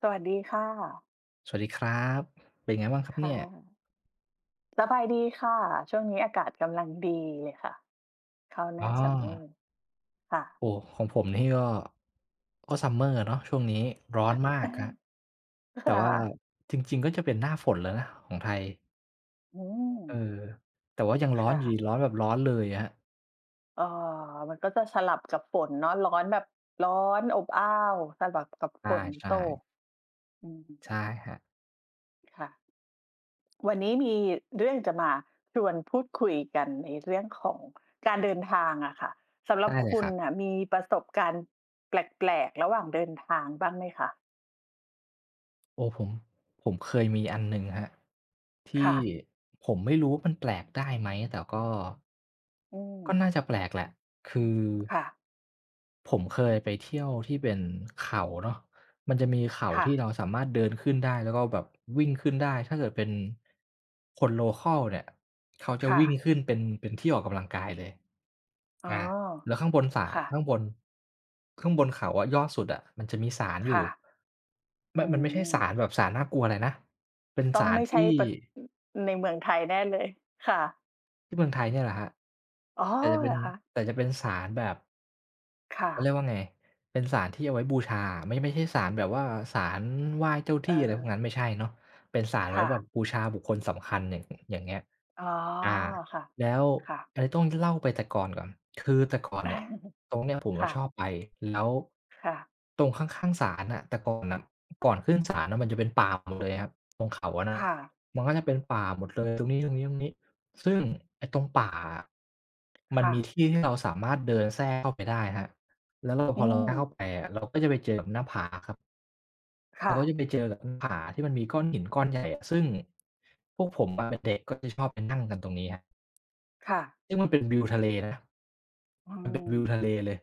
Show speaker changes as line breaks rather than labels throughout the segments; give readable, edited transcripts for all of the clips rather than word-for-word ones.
สวัสดีค่ะ
สวัสดีครับ เป็นไงบ้างครับ
ค่
เนี่ย
ะสบายดีค่ะช่วงนี้อากาศกำลังดีเลยค่ะเข้าห
อ๋
น้า
อ
ซัมเมอร์ค่ะ
โอ้ของผมนี่ก็ก็ซัมเมอร์เนาะช่วงนี้ร้อน มากครับ แต่
ค่
ว่า
ะ
จริงๆก็จะเป็นหน้าฝนแล้วนะของไทย
อืม
เออแต่ว่ายังร้อน
ค่ะ
อยู่ดีร้อนแบบร้อนเลยอะครับ
เอ่อมันก็จะสลับกับฝนเนาะร้อนแบบร้อนอบอ้าวสลับกับ
ใช่
ฝน
ใช่
ตกอืม
ใช่ครับ
ค่ะวันนี้มีเรื่องจะมาชวนพูดคุยกันในเรื่องของการเดินทางอะค่ะสำหรับ
ได้เลย
คุ
ค
ณ
รับ
น่ะมีประสบการณ์แปลกๆระหว่างเดินทางบ้างไหมคะ
โอ้ผมเคยมีอันหนึ่งครับที่
ค่ะ
ผมไม่รู้ว่ามันแปลกได้ไหมแต่ก็
อืม
ก็น่าจะแปลกแหละคือ
ค่ะ
ผมเคยไปเที่ยวที่เป็นเขาเนาะมันจะมีเขา
ค่ะ
ที่เราสามารถเดินขึ้นได้แล้วก็แบบวิ่งขึ้นได้ถ้าเกิดเป็นคนโลคัลเนี่ยเขาจะ
ค่ะ
วิ่งขึ้นเป็นที่ออกกำลังกายเลย
อ๋อ
อาแล้วข้างบนศาล
ค่ะ
ข้างบนข้างบนเขาอะยอดสุดอะมันจะมีศาลอยู่
ค่ะ
ไม่
อื
มันไม่ใช่
ม
ศาลแบบศาลน่ากลัวอะไรนะเป็น
ต้อ
ศา
ง
ล
ไม่ใช่
ที่
ประในเมืองไทยแน่เลย ค่ะ
ที่เมืองไทยเนี่ยแหละครับ
อ๋อ
แต่จะเป็
เหร
น
อคะ
แต่จะเป็นศาลแบบ
ค่ะ
เขาเรียกว่าไงเป็นศาลที่เอาไว้บูชาไม่ใช่ศาลแบบว่าศาลไหว้เจ้า
เออ
ที่อะไรพวกนั้นไม่ใช่เนาะเป็นศาลไว้
ค่ะ
แบบบูชาบุคคลสำคัญอย่างอย่างเงี้ย
อ๋อ
อา
ค่ะ
แล้ว
ค่ะ
อันนี้ต้องเล่าไปแต่ก่อนก่อนคือแต่ก่อนเนี่ย ตรงเนี้ยผมอะ
ค่ะ
ชอบไปแล้ว
ค่ะ
ตรงข้างๆศาลน่ะแต่ก่อนน่ะก่อนขึ้นศาลน่ะมันจะเป็นป่าหมดเลยครับตรงเขาอะนะ
ค่ะ
มันก็จะเป็นป่าหมดเลยตรงนี้ตรงนี้ตรงนี้ซึ่งไอ้ตรงป่าอะมัน
ค่ะ
มีที่ที่เราสามารถเดินแทรกเข้าไปได้ครับ แล้วเราพอ
อื
เรา
ม
ก้าวเข้าไปอะเราก็จะไปเจอกับหน้าผาครับเรา
ค่ะ
ก็จะไปเจอกับหน้าผาที่มันมีก้อนหินก้อนใหญ่อะซึ่งพวกผมอะเป็นเด็กก็จะชอบไปนั่งกันตรงนี้ครับ
ค่ะ
ซึ่งมันเป็นวิวทะเลนะ
อื
มันเป็น
ม
วิวทะเลเลย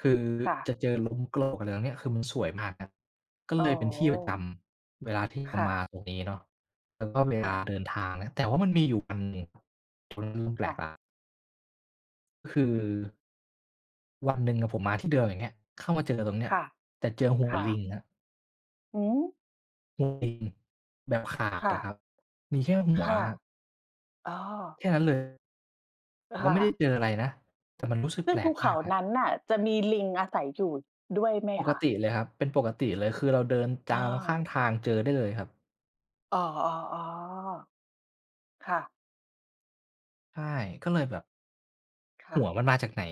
คือ
ค่ะ
จะเจอลมโกรกอะไรตรงเนี้ยคือมันสวยมากครับก็
อ๋
เล
อ
ยเป็นที่ประจำเวลาที่เรา
ค่ะ
มาตรงนี้เนาะแล้วก็เว
ค่ะ
ลาเดินทางนะแต่ว่ามันมีอยู่วันหนึ่งผมเริ่มแปล
ค่ะ
กแล้วก็คือวันหนึ่งอะผมมาที่เดิมอย่างเงี้ยเข้ามาเจอตรงเนี้ย
ค่ะ
แต่เจอหัว
ค่ะ
ลิงครับ
อืม
ตัวเองแบบขาด
ค่ะ
อะครับมีแค่หัว
ค่ะ
ครับ
อ๋อ
แค่นั้นเลยแต่ก็
ค่ะ
ไม่ได้เจออะไรนะแต่มันรู้สึกแป
ซึ่ง
ล
ภู
กมา
เขา
กครับ
นั้นน่ะจะมีลิงอาศัยอยู่ด้วยไหม
ปก
คะ
ติเลยครับเป็นปกติเลยคือเราเดิน
อา
ตามข้างทางเจอได้เลยครับ
อ๋อๆๆค่ะ
ใช่ก็เลยแบบ
ค่ะ
หัวมันมาจากไหน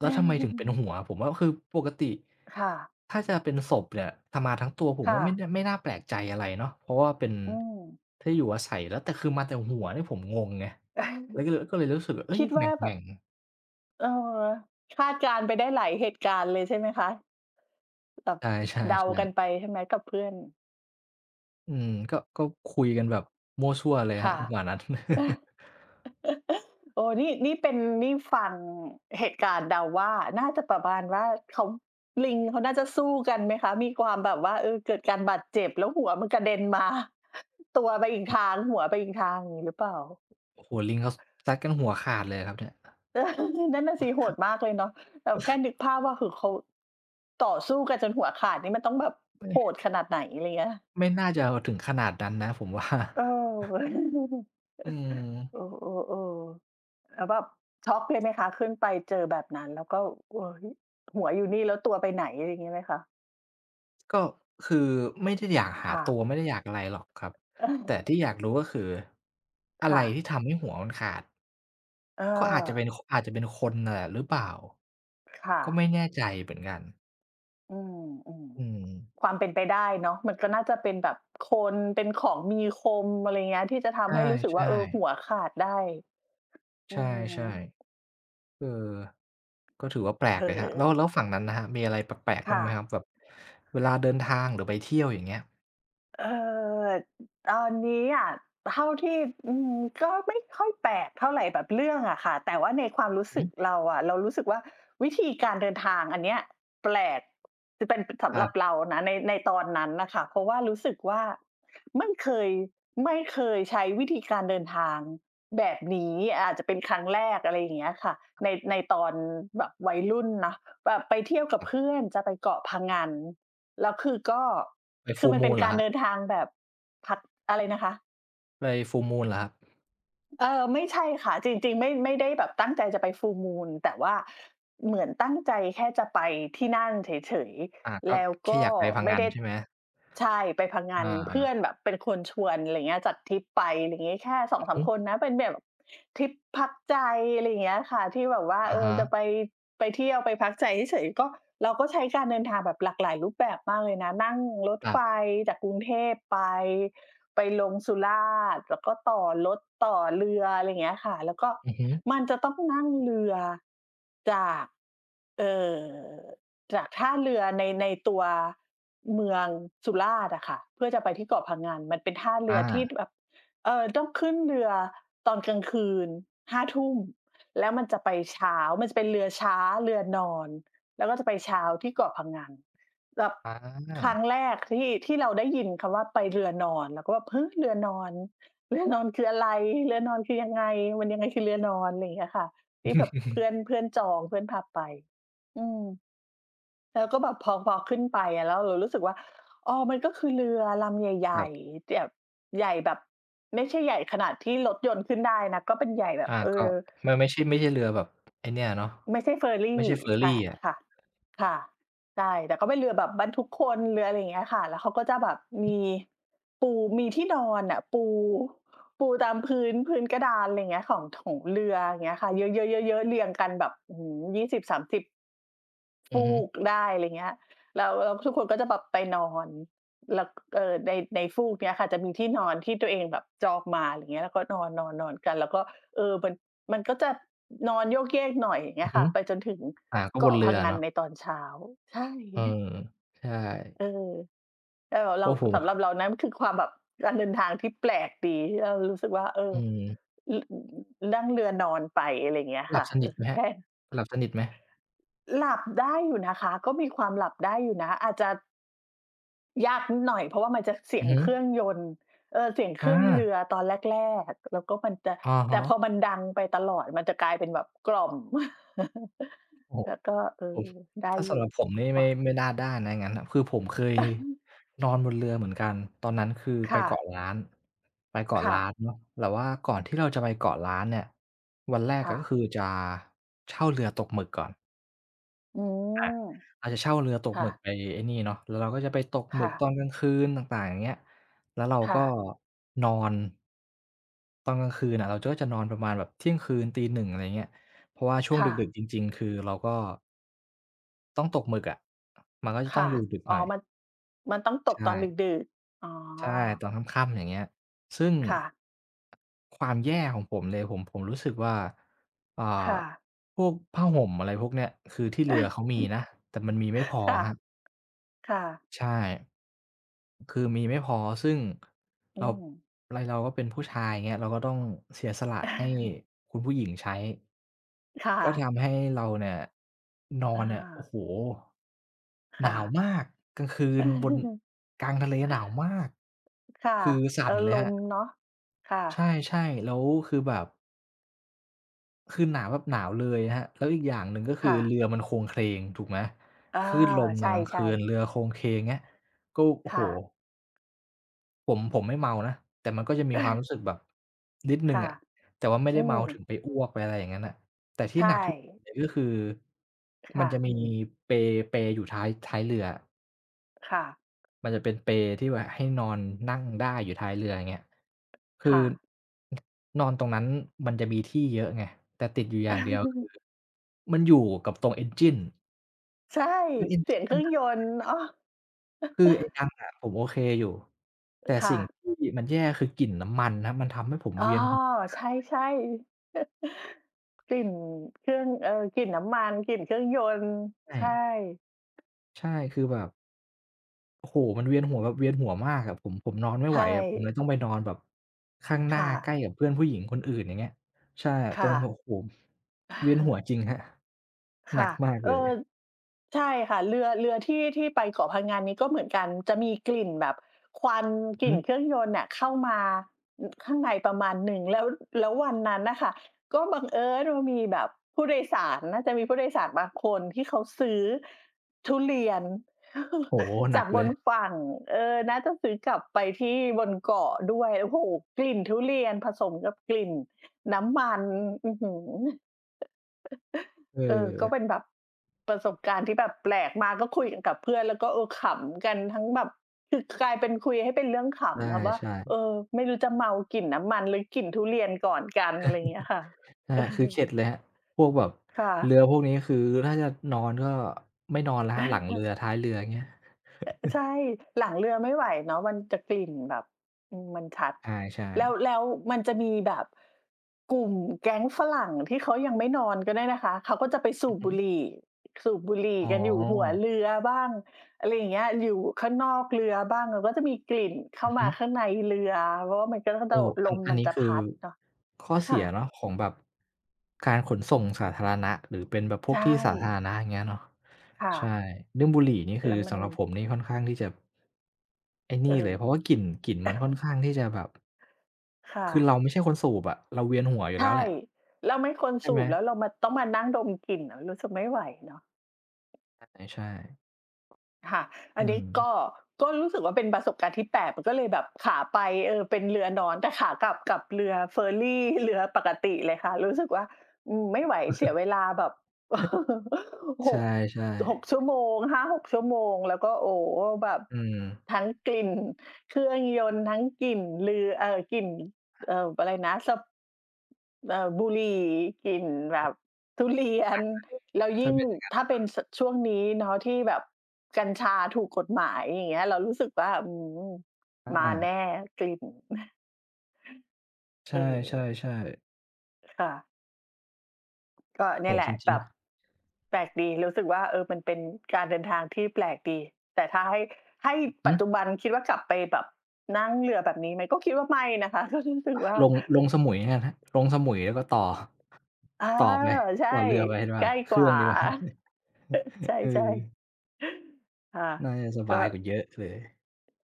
แล้วทำไมถึงเป็นหัวผมว่าคือปกติ
ค่ะ
ถ้าจะเป็นศพเนี่ยถ้ามาทั้งตัวผมว่า
ค่ะ
ไม่น่าไม่น่าแปลกใจอะไรเนาะเพราะว่าเป็น
อืม
ที่อยู่อาศัยแล้วแต่คือมาแต่หัวเนี่ยผมงงไงแล้วก็เลยรู้สึกว่าเฮ้ย
คิด
แห
ว่าแบ
ม่
บ
งๆ
เออคาดการณ์ไปได้หลายเหตุการณ์เลยใช่ไหมคะ แบบ
ใช่
เดากัน
ๆ
ไป
ๆ
ใช่ไหมกับเพื่อน
อืมก็คุยกันแบบมั่วซั่วเลยครับ
ค่ะ
จังหวะนั้น
โอ้นี่เป็นนี่ฟังเหตุการณ์เดาว่าน่าจะประมาณว่าเขาลิงเขาน่าจะสู้กันไหมคะมีความแบบว่าเออเกิดการบาดเจ็บแล้วหัวมันกระเด็นมาตัวไปอีกทางหัวไปอีกทางอย่างงี้หรือเปล่า
โอ้โฮลิงเขาซัดกันหัวขาดเลยครับเนี่ย
เออ นั่นน่ะสิโหดมากเลยเนาะแต่แค่นึกภาพว่าคือเขาต่อสู้กันจนหัวขาดนี่มันต้องแบบ
ไม
โหด
่
ขนาดไหนอะไรเงี้ย
น่าจะถึงขนาดนั้นนะผมว่า
เออ
อื
เอ
ม
อเอๆแล้วแบบช็อกเลยไหมคะขึ้นไปเจอแบบนั้นแล้วก็เฮ้ยหัวอยู่นี่แล้วตัวไปไหนอะไรอย่างงี้ไหมคะ
ก็คือไม่ได้อยากหา
ค่ะ
ตัวไม่ได้อยากอะไรหรอกครับ
เอ
แต่
อ
ที่อยากรู้ก็คืออะไร
ค่ะ
ที่ทำให้หัวมันขาด
เอ
ก็อาจ
อ
จะเป็นคอาจจะเป็นคนน่ะแหละหรือเปล่า
ค่ะ
ก็ไม่แน่ใจเหมือนกัน
อืม
อืม
ๆความเป็นไปได้เนาะมันก็น่าจะเป็นแบบคนเป็นของมีคมอะไรเงี้ยที่จะ
ใ
ทำให้รู้สึกว่า
ช่
เออ
ๆ
หัวขาดได้อื
ใช่
อฮึ
ๆ เออก็ถือว่าแปล
เอ
ก
อ
เลยครับแล้วฝั่งนั้นนะครับมีอะไรแปลกๆบ้าง
ค่ะ
ไหมครับแบบเวลาเดินทางหรือไปเที่ยวอย่างเงี้ย
เออตอนนี้อะเท่าที่อืมก็ไม่ค่อยแปลกเท่าไรแบบเรื่องอะค่ะแต่ว่าในความรู้
หื
สึ
อ
กเราอะเรารู้สึกว่าวิธีการเดินทางอันเนี้ยแปลกจะเป็น
ค
สำห
รั
รับ
บ
เรานะในตอนนั้นน่ะค่ะเพราะว่ารู้สึกว่าไม่เคยไม่เคยใช้วิธีการเดินทางแบบนี้อาจจะเป็นครั้งแรกอะไรอย่างเงี้ยค่ะในตอนแบบวัยรุ่นนะแบบไปเที่ยวกั
ค
บ
รั
เพื่
บ
อนจะไปเกาะพะงันแล้วคือก็
ไป
คือ
Full
มันเป็น
Moon เหรอ
กา
ค
ร
รับ
เดินทางแบบพักอะไรนะคะ
ไป Full Moon เหรอครับ
เออไม่ใช่ค่ะจริงๆไม่ได้แบบตั้งใจจะไป full moon แต่ว่าเหมือนตั้งใจแค่จะไปที่นั่นเฉย
อา
ๆ
ก็
แล้ว
แค่
ก็
อยากไปพัง
ไม่
งัน
ได้
ใช่ไหม
ใช่ไปพะงัน
อา
เพื่อนแบบเป็นคนชวนอะไรเงี้ยจัดทริปไปอะไรงี้แค่
ๆอือ
2-3
ฮึ
คนนะเป็นแบบทริปพักใจอะไรอย่างเงี้ยค่ะที่แบบว่า
อะ
เออ
ฮะ
จะไปไปเที่ยวไปพักใจเฉยๆก็เราก็ใช้การเดินทางแบบหลากหลายรูปแบบมากเลยนะนั่งรถ
ครั
ไฟ
บ
จากกรุงเทพไป ไปลงสุราษฎร์แล้วก็ต่อรถต่อเรืออะไรอย่างเงี้ยค่ะแล้วก็
อือฮึ
มันจะต้องนั่งเรือจากเอ่อจากท่าเรือในตัวเมืองสุราษฎร์อะค่ะเพื่อจะไปที่เกาะพะงันมันเป็นท่าเรือ
อา
ที่แบบต้องขึ้นเรือตอนกลางคืนห้าทุ่มแล้วมันจะไปเช้ามันจะเป็นเรือช้าเรือนอนแล้วก็จะไปเช้าที่เกาะพะงัน แบบ
อ
ครั้
า
งแรกที่เราได้ยินคำว่าไปเรือนอนเราก็แบบฮะเรือนอนเรือนอนคืออะไรเรือนอนคือยังไงมันยังไงคือเรือนอนอะไรอย่างเงี้ยค่ะที่แบบ เพื่อนเพื่อนจองเพื่อนพาไปอืมแล้วก็แบบพอขึ้นไปอะแล้วเรารู้สึกว่าอ๋อมันก็คือเรือลำให
ครั
ญ่
บ
ๆแบบใหญ่แบบไม่ใช่ใหญ่ขนาดที่รถยนต์ขึ้นได้นะก็เป็นใหญ่แบบ
อา
เอ
ก็
อ
ไม่ใช่ไม่ใช่เรือแบบไอ้เนี่ยเนาะ
ไม่ใช่เฟอร์
ไม่
รี่
ใช่เฟอร์
ใช่
รีอะ
ค่ะค่ะใช่แต่ก็เป็นเรือแบบบรรทุกคนเรืออะไรอย่างเงี้ยค่ะแล้วเขาก็จะแบบมีปูมีที่นอนน่ะปูตามพื้นพื้นกระดานอะไรอย่างเงี้ยของเรืออย่างเงี้ยค่ะเยอะๆๆๆเรียงกันแบบอื้อฮือ2 0ิบสามสิบ
อือ
ฟู
ฮึ
กได้อะไรเงี้ยแล้วแล้วทุกคนก็จะแบบไปนอนแล้วในฟูกเนี้ยค่ะจะมีที่นอนที่ตัวเองแบบจองมาอะไรเงี้ยแล้วก็นอนๆๆกันแล้วก็เออมันมันก็จะนอนโยกเยกหน่อยอย่างเงี้
อือ
ย
ฮึ
ค่ะไปจนถึง
อาก็บน
เกาะ
เรื
พะ
ออะ
งัน
เนาะ
ในตอนเช้าใช่
เออใช่
เออเออเรา
โอ้โฮ
สำหรับเรานั้นคือความแบบการเดินทางที่แปลกดีที่เรารู้สึกว่าเออ
อืม
ลนั่งเรือนอนไปอะไรเงี้ย
หลับ
ค่ะ
ส
เอ
นิ
อ
ทไหมครับ
แค่
หลับสนิทไหม
หลับได้อยู่นะคะก็มีความหลับได้อยู่นะอาจจะ ยากนิดหน่อยเพราะว่ามันจะเสี
อื
ย
อ
ง
ฮึ
เครื่องยนต์เสียงเค
อา
รื่องเรือตอนแรกๆแล้วก็มันจะ
อะ
แต่
ฮะ
พอมันดังไปตลอดมันจะกลายเป็นแบบกล่อม
โอ้ โฮ
แล้วก็
ผม
ได้
ถ้า
อ
สำห
ยู่
รับผมนี่
พอ
ไม่น่าได้นะอย่างงั้นน่ะคือผมเคย นอนบนเรือเหมือนกันตอนนั้นคือไป
ค่ะ
เกาะล้านไปเกาะ
ค่ะ
ล้านเนาะแต่ว่าก่อนที่เราจะไปเกาะล้านเนี่ยวันแรกอะ
ค่ะ
ก็คือจะเช่าเรือตกหมึกก่อน
อื
อา
ม
เราจะเช่าเรือตกห
ค่ะ
มึกไปไอ้นี่เนาะแล้วเราก็จะไปตกหมึก
ค่ะ
ตอนกลางคืนต่างๆอย่างเงี้ยแล้วเราก็
ค่ะ
นอนตอนกลางคืนน่ะเราก็จะนอนประมาณแบบเที่ยงคืน0ึ0 0อะไรเงี้ยเพราะว่าช่วง
ค่ะ
ดึกๆจริงๆคือเราก็ต้องตกหมึกอะมันก็จะต้อง
ค่ะ
อยู่ดึกห
อ๋อ
น่อย
มันต้องตกต
ใช่
อนดึกๆอ๋อ
ใช่ตอนค่ำๆอย่างเงี้ยซึ่ง
ค่ะ
ความแย่ของผมเลยผมรู้สึกว่าอ่า
ค่ะ
พวกผ้าห่มอะไรพวกเนี้ยคือที่เรือเขามีนะแต่มันมีไม่พอ
ค่ะ
ครับ
ค่ะ
ใช่ คือมีไม่พอซึ่ง
อื
เรา
ม
ไรเราก็เป็นผู้ชายเงี้ยเราก็ต้องเสียสละให้ คุณผู้หญิงใช้
ค่ะ
ก็ทำให้เราเนี่ยนอ
อ
นเนี่ยโอ้
า
โฮห
ค่ะ
นาวมากกลางคืนบน กลางทะเลหนาวมาก
ค่ะ
คือสั่นเล
ล
ยครั
ม
บ
เนาะค่ะ
ใช่ๆแล้วคือแบบคือหนาวแบบหนาวเลยครับแล้วอีกอย่างหนึ่งก็คือ
ค่ะ
เรือมันโคลงเคลงถูกไหม
อา
คลื่นลมตอ
ใช่
นกลาง
ใช่
คืนเรือโคลงเคลงเงี้ยก็โอ้โฮ
ค่ะ
ผมไม่เมานะแต่มันก็จะมีความรู้สึ กแบบนิดห นึ่ง
ค่ะ
อะแต่ว่าไม่
อื
ได้เมา
ม
ถึงไปอ้วกไปอะไรอย่างงั้นน่ะแต่ที่หนัก
ใช่
ที่สุดเลยก็คือมัน
ค่ะ
จะมีเปลเปลอยู่ท้ายเรืออะ
ค่ะ
มันจะเป็นเปลที่แบบให้นอนนั่งได้อยู่ท้ายเรืออย่างเงี้ยคือ
ค่ะ
นอนตรงนั้นมันจะมีที่เยอะไงแต่ติดอยู่อย่างเดียวคือ มันอยู่กับตรง Engine
ใช่
คือ
เสีย
Engine
งเค
มัน
รื่องยนต์เน้อ
คือไอ้ดังอะผมโอเคอยู่แต่
ค่ะ
สิ่งที่มันแย่คือกลิ่นน้ำมันครับมันทำให้ผม
อ๋อ
เวียนหัว
ใช่ใช่ กลิ่นเครื่องกลิ่นน้ำมันกลิ่นเครื่องยนต์
ใช่
ใช่
ใช่คือแบบโอ้โฮมันเวียนหัวแบบเวียนหัวมากอะผมนอนไม่ไหว
ใช่
อะผมเลยต้องไปนอนแบบข้างหน้า
ค่ะ
ใกล้กับเพื่อนผู้หญิงคนอื่นอย่างเงี้ยใช่ตรง
ค่ะ
โอ้โฮเวียนหัว จริงครับหนัก
ค่ะ
มาก
เอ
เลย
อใช่ค่ะเรือที่ไปเกาะพังงันนี้ก็เหมือนกันจะมีกลิ่นแบบควันก
หื
ลิ่
อ
นเครื่องยนต์น่ะเข้ามาอข้างในประมาณหนึ่งแล้ววันนั้นน่ะค่ะก็บังเอิญว่ามีแบบผู้โดยสารน่าจะมีผู้โดยสารบางคนที่เขาซื้อทุเรียน
โอ้โฮหนั
จา
ก
กบ
เลย
นฝั่งน่าจะซื้อกลับไปที่บนเกาะด้วยโอ้โฮกลิ่นทุเรียนผสมกับกลิ่นน้ำมันอื้อฮือ
เอ
เออก็เป็น
อ
แบบประสบการณ์ที่แบบแปลกมากก็คุยกับเพื่อนแล้วก็ขำกันทั้งแบบคือกลายเป็นคุยให้เป็นเรื่องขำแบบว่าเอ
ใช่
อไม่รู้จะเมากลิ่นน้ำมันหรือกลิ่นทุเรียนก่อนกันอะไรอย่างเงี้ยค่ะ
ๆใช่
เอ
คือเข็ด
อ
เลยครับพวกแบบ
ค่ะ
เรือพวกนี้คือถ้าจะนอนก็ไม่นอนแล้วครับหลังเรือท้ายเรืออย่างเงี้ย
ใช่หลังเรือไม่ไหวเนาะมันจะกลิ่นแบบอืมมันชัด
ใช่
แล้วมันจะมีแบบกลุ่มแก๊งฝรั่งที่เขายังไม่นอนกันเนี่ยนะคะเขาก็จะไป
ๆ
สู
อือ
บ
ฮึ
บุหรี่สูบบุหรี่
อ๋อ
กันอยู่หัวเรือบ้างอะไรอย่างเงี้ยอยู่ข้างนอกเรือบ้างแล้วก็จะมีกลิ่น
อื
เข้า
อฮึ
มาข้างในเรือเพราะว่ามันก็
โอ้
จะล
อัน
ม
อัน
มัน
นี้
จะ
คือ
พัดเนาะ
ข้อเสียเนาะ
ค่ะ
ของแบบการขนส่งสาธารณะหรือเป็นแบบพวก
ใช่
ที่สาธารณะอย่างเงี้ยเนาะ
ค่ะ
ใช่เรื่องบุหรี่นี่คื
แล้
อ
วมัน
สำหรับผมนี่ค่อนข้างที่จะไอ้
เอ
นี่
อ
เลยเพราะว่ากลิ่นมันค่อนข้างที่จะแบบ
ค่ะ
คือเราไม่ใช่คนสูบอะเราเวียนหัวอยู่แล้ว
ใช่
แหละ
เราไม่ควร
ใช่
สู
ไหม
บแล้วเรามาต้องมานั่งดมกลิ่นอะรู้สึกไม่ไหวเนาะ
ใช่ๆ
ค่ะอั
อื
นนี้ก็
ม
ก็รู้สึกว่าเป็นประสบการณ์ที่แปลกมันก็เลยแบบขาไปเป็นเรือนอนแต่ขากลับเรือเฟอร์รี เรือปกติเลยค่ะรู้สึกว่าอืมไม่ไหวเสียเวลาแบบ
ใช
หก
่
หก
ๆ
ชั่วโมงหาหกชั่วโมงแล้วก็โอ้โฮแบบ
อืม
ทั้งกลิ่นเครื่องยนต์ทั้งกลิ่นเรือกลิ่นเอ่ออะไรนะสบุหรี่กลิ่นแบบทุเรียน แล้ว
ถ้า
ยิ่ง
เป็น
ถ้าเป็นสช่วงนี้เนาะที่แบบกัญชาถูกกฎหมายอย่างเงี้ยเรารู้สึกว่าอืมมา
อา
แน่กลิ่น
ใช
เออ
่ๆๆ
ค่ะก็เนี่
โอ้
ย
โฮ
แห
จ
ละ
ริ
แบ
ง
บแปลกดีรู้สึกว่ามันเป็นการเดินทางที่แปลกดีแต่ถ้าให้
ๆหื
ปัจ
อ
จุบันคิดว่ากลับไปแบบนั่งเรือแบบนี้ไหมก็คิดว่าไม่นะคะ ก็รู้สึกว่า
ลงลงสมุยแล้วกันครับลงสมุยแล้วก็ต่อ
อา
ต่อไป
ใช่
ต่อเรือไปดีก
ใก
ว่า
ล้
เค
ก
รื่อ
ว่า
งดีกว่า
ใช
เอ
่
อ
ๆค่ะ
น่าจะสบา
ก็
ยกว่าเยอะเลย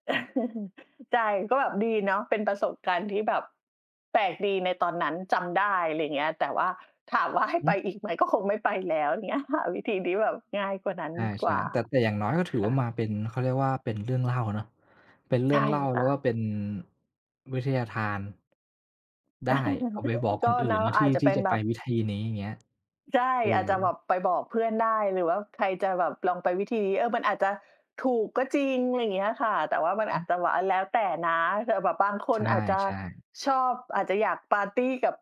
ใช่ก็แบบดีเนาะเป็นประสบการณ์ที่แบบแปลกดีในตอนนั้นจำได้อะไรยเงี้ยแต่ว่าถามว่าให้
อือ
ไปอีกไหมก็คงไม่ไปแล้วเงี้ยหาวิธีที่แบบง่ายกว่านั้นก
ใช่
ว่า
ๆแต่แต่อย่างน้อยก็ถือว่ามา
ค่ะ
เป็นเขาเรียกว่าเป็นเรื่องเล่าเนาะเป็นเรื่อง
ใช่
เล่าแล้ว
ค่ะ
ก็เป็นวิทยาทานได้เอาไปบอก คน
ก็
อื่น
เนาะ
นะ
อาจ
ที่
จะ
ที่
เป็น
จะ
แบ
ไป
บ
วิธีนี้อย่างเงี้ย
ใช่
เอ
อาจ
อ
จะแบบไปบอกเพื่อนได้หรือว่าใครจะแบบลองไปวิธีนี้มันอาจจะถูกก็จริงอะไรอย่างเงี้ยค่ะแต่ว่ามันอาจจะแบบอาแล้วแต่นะแต่แบบบางค
ใ
นอาจจะ
ช่
ชอบอาจจะอยากปาร์ตีกับ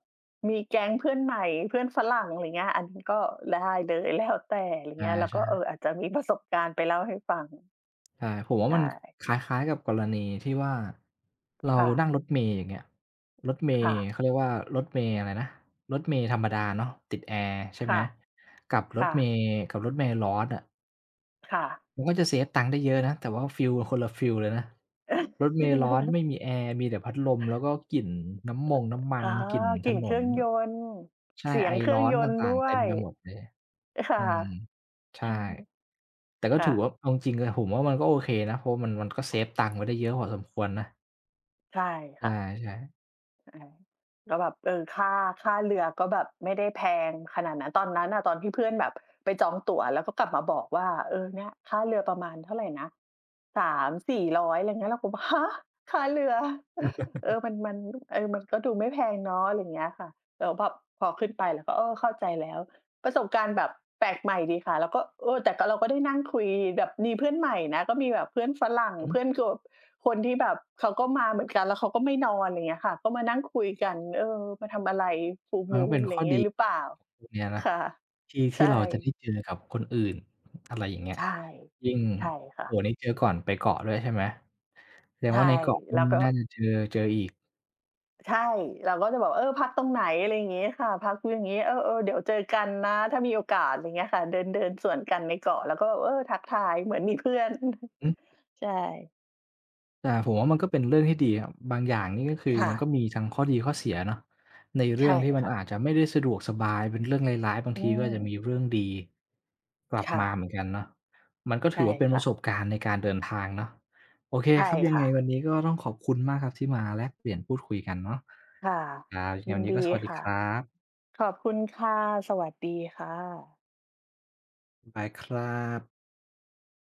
มีแก๊งเพื่อนใหม่เพื่อนฝรั่งอะไรเงี้ยอันนี้ก็ได้เลยแล้วแต่อะไร
ๆอา
เงี้ยเรา
ใช่
ก็อาจจะมีประสบการณ์ไปเล่าให้ฟัง
ใช่ผมว่ามั
ใช่
นคล้ายๆกับกรณีที่ว่าเรา
ค่ะ
นั่งรถเมล์อย่างเงี้ยรถเมล์
ค่ะ
เขาเรียกว่ารถเมล์อะไรนะรถเมล์ธรรมดาเนาะติดแอร์ใช่ไหม
ค่ะ
กับรถ
ค่ะ
เมล์กับรถเมล์ร้อนอะ
ค่ะ
มันก็จะเซฟตังค์ได้เยอะนะแต่ว่าฟีลัคนละฟีลเลยนะรถเมล์ร้อนไม่มีแอร์มีแต่พัดลมแล้วก็กลิ่นน้ำมงน้ำมั น
อ๋อ
กลิ่น
ก
ถ
ลิ่น
น
เค
น
รื่องยนต์
ใช่
เสีย
ไอ
งเครื่
ร้
อง
อน
ยนต์
ต่าง
ด้
ๆ
ว
เต็ม
ย
ไปหมดเลย
ค่ะ
อืมใช่ แต่ก็
ค่ะ
ถือว่าเอาจริงๆอะผมว่ามันก็โอเคนะเพราะมันก็เซฟตังค์ไว้ได้เยอะพอสมควรนะ
ใช่
ใ
ค่ะ
ช่ๆ
ใช่ก็แบบค่าเรือก็แบบไม่ได้แพงขนาดนั้นตอนนั้นน่ะตอนที่เพื่อนแบบไปจองตั๋วแล้วก็กลับมาบอกว่าเนี่ยค่าเรือประมาณเท่าไรนะ3-400อะไรเงี้ยเราก็ ฮะค่าเรือเออมันมันมันก็ดูไม่แพงเนาะอะไรงเงี้ยค่ะแล้วแบบพอขึ้นไปเราก็เข้าใจแล้วประสบการณ์แบบแปลกใหม่ดีค่ะแล้วก็แต่ก็เราก็ได้นั่งคุยแบบมีเพื่อนใหม่นะก็มีแบบเพื่อนฝรั่ง
อือ
เพื่อนกว คนที่แบบเขาก็มาเหมือนกันแล้วเขาก็ไม่นอนอะไรเงี้ยค่ะก็มานั่งคุยกันมาทำอะไร full
มันก็
moon
เป็น
อะไรอ
ข้อ
ย่าง
ดี
งี้หรือเป
ขอ
ล่า
งของพวกเนี้ยนะ
ค่ะ
ที่
ใช่
เราจะได้เจอกับคนอื่นอะไรอย่างเงี้ย
ใช่
ยิ่ง
ใช่ค่ะ
โอ้โฮนี่เจอก่อนไปเกาะด้วยใช่ไหมแสดง
ใช่
ว่าในเกาะนี่
แล้วก็
น่าจะเจอเจออีก
ใช่เราก็จะบอกพักตรงไหนอะไรอย่างงี้ค่ะพักอย่างงี้เออๆเดี๋ยวเจอกันนะถ้ามีโอกาสอะไรเงี้ยค่ะเดินเดินสวนกันในเกาะแล้วก็แบบทักทายเหมือนมีเพื่อน
อืม
ใช่
แต่ผมว่ามันก็เป็นเรื่องที่ดีครับบางอย่างนี่ก็คือ
ค่ะ
มันก็มีทั้งข้อดีข้อเสียเนาะในเรื่อ
ใช่
งที่มัน
ค่ะ
อาจจะไม่ได้สะดวกสบายเป็นเรื่องร้ายๆบาง
อื
ทีก็
ม
อาจจะมีเรื่องดีกลับ
ค่ะ
มาเหมือนกันเนาะมันก็ถือ
ใช่
ว่าเป็นป
ค่ะ
ระสบการณ์ในการเดินทางเนาะโอเค
ใช่
ครับยังไง
ค่ะ
วันนี้ก็ต้องขอบคุณมากครับที่มาแลกเปลี่ยนพูดคุยกันเนาะ
ค่ะ
ครับยังไง
ยิ
วั
น
นนี้ก็
ดี
สวัสดีค
ค่ะ
รับ
ขอบคุณค่ะ สวัสดีค่ะ
บ๊ายบายครับ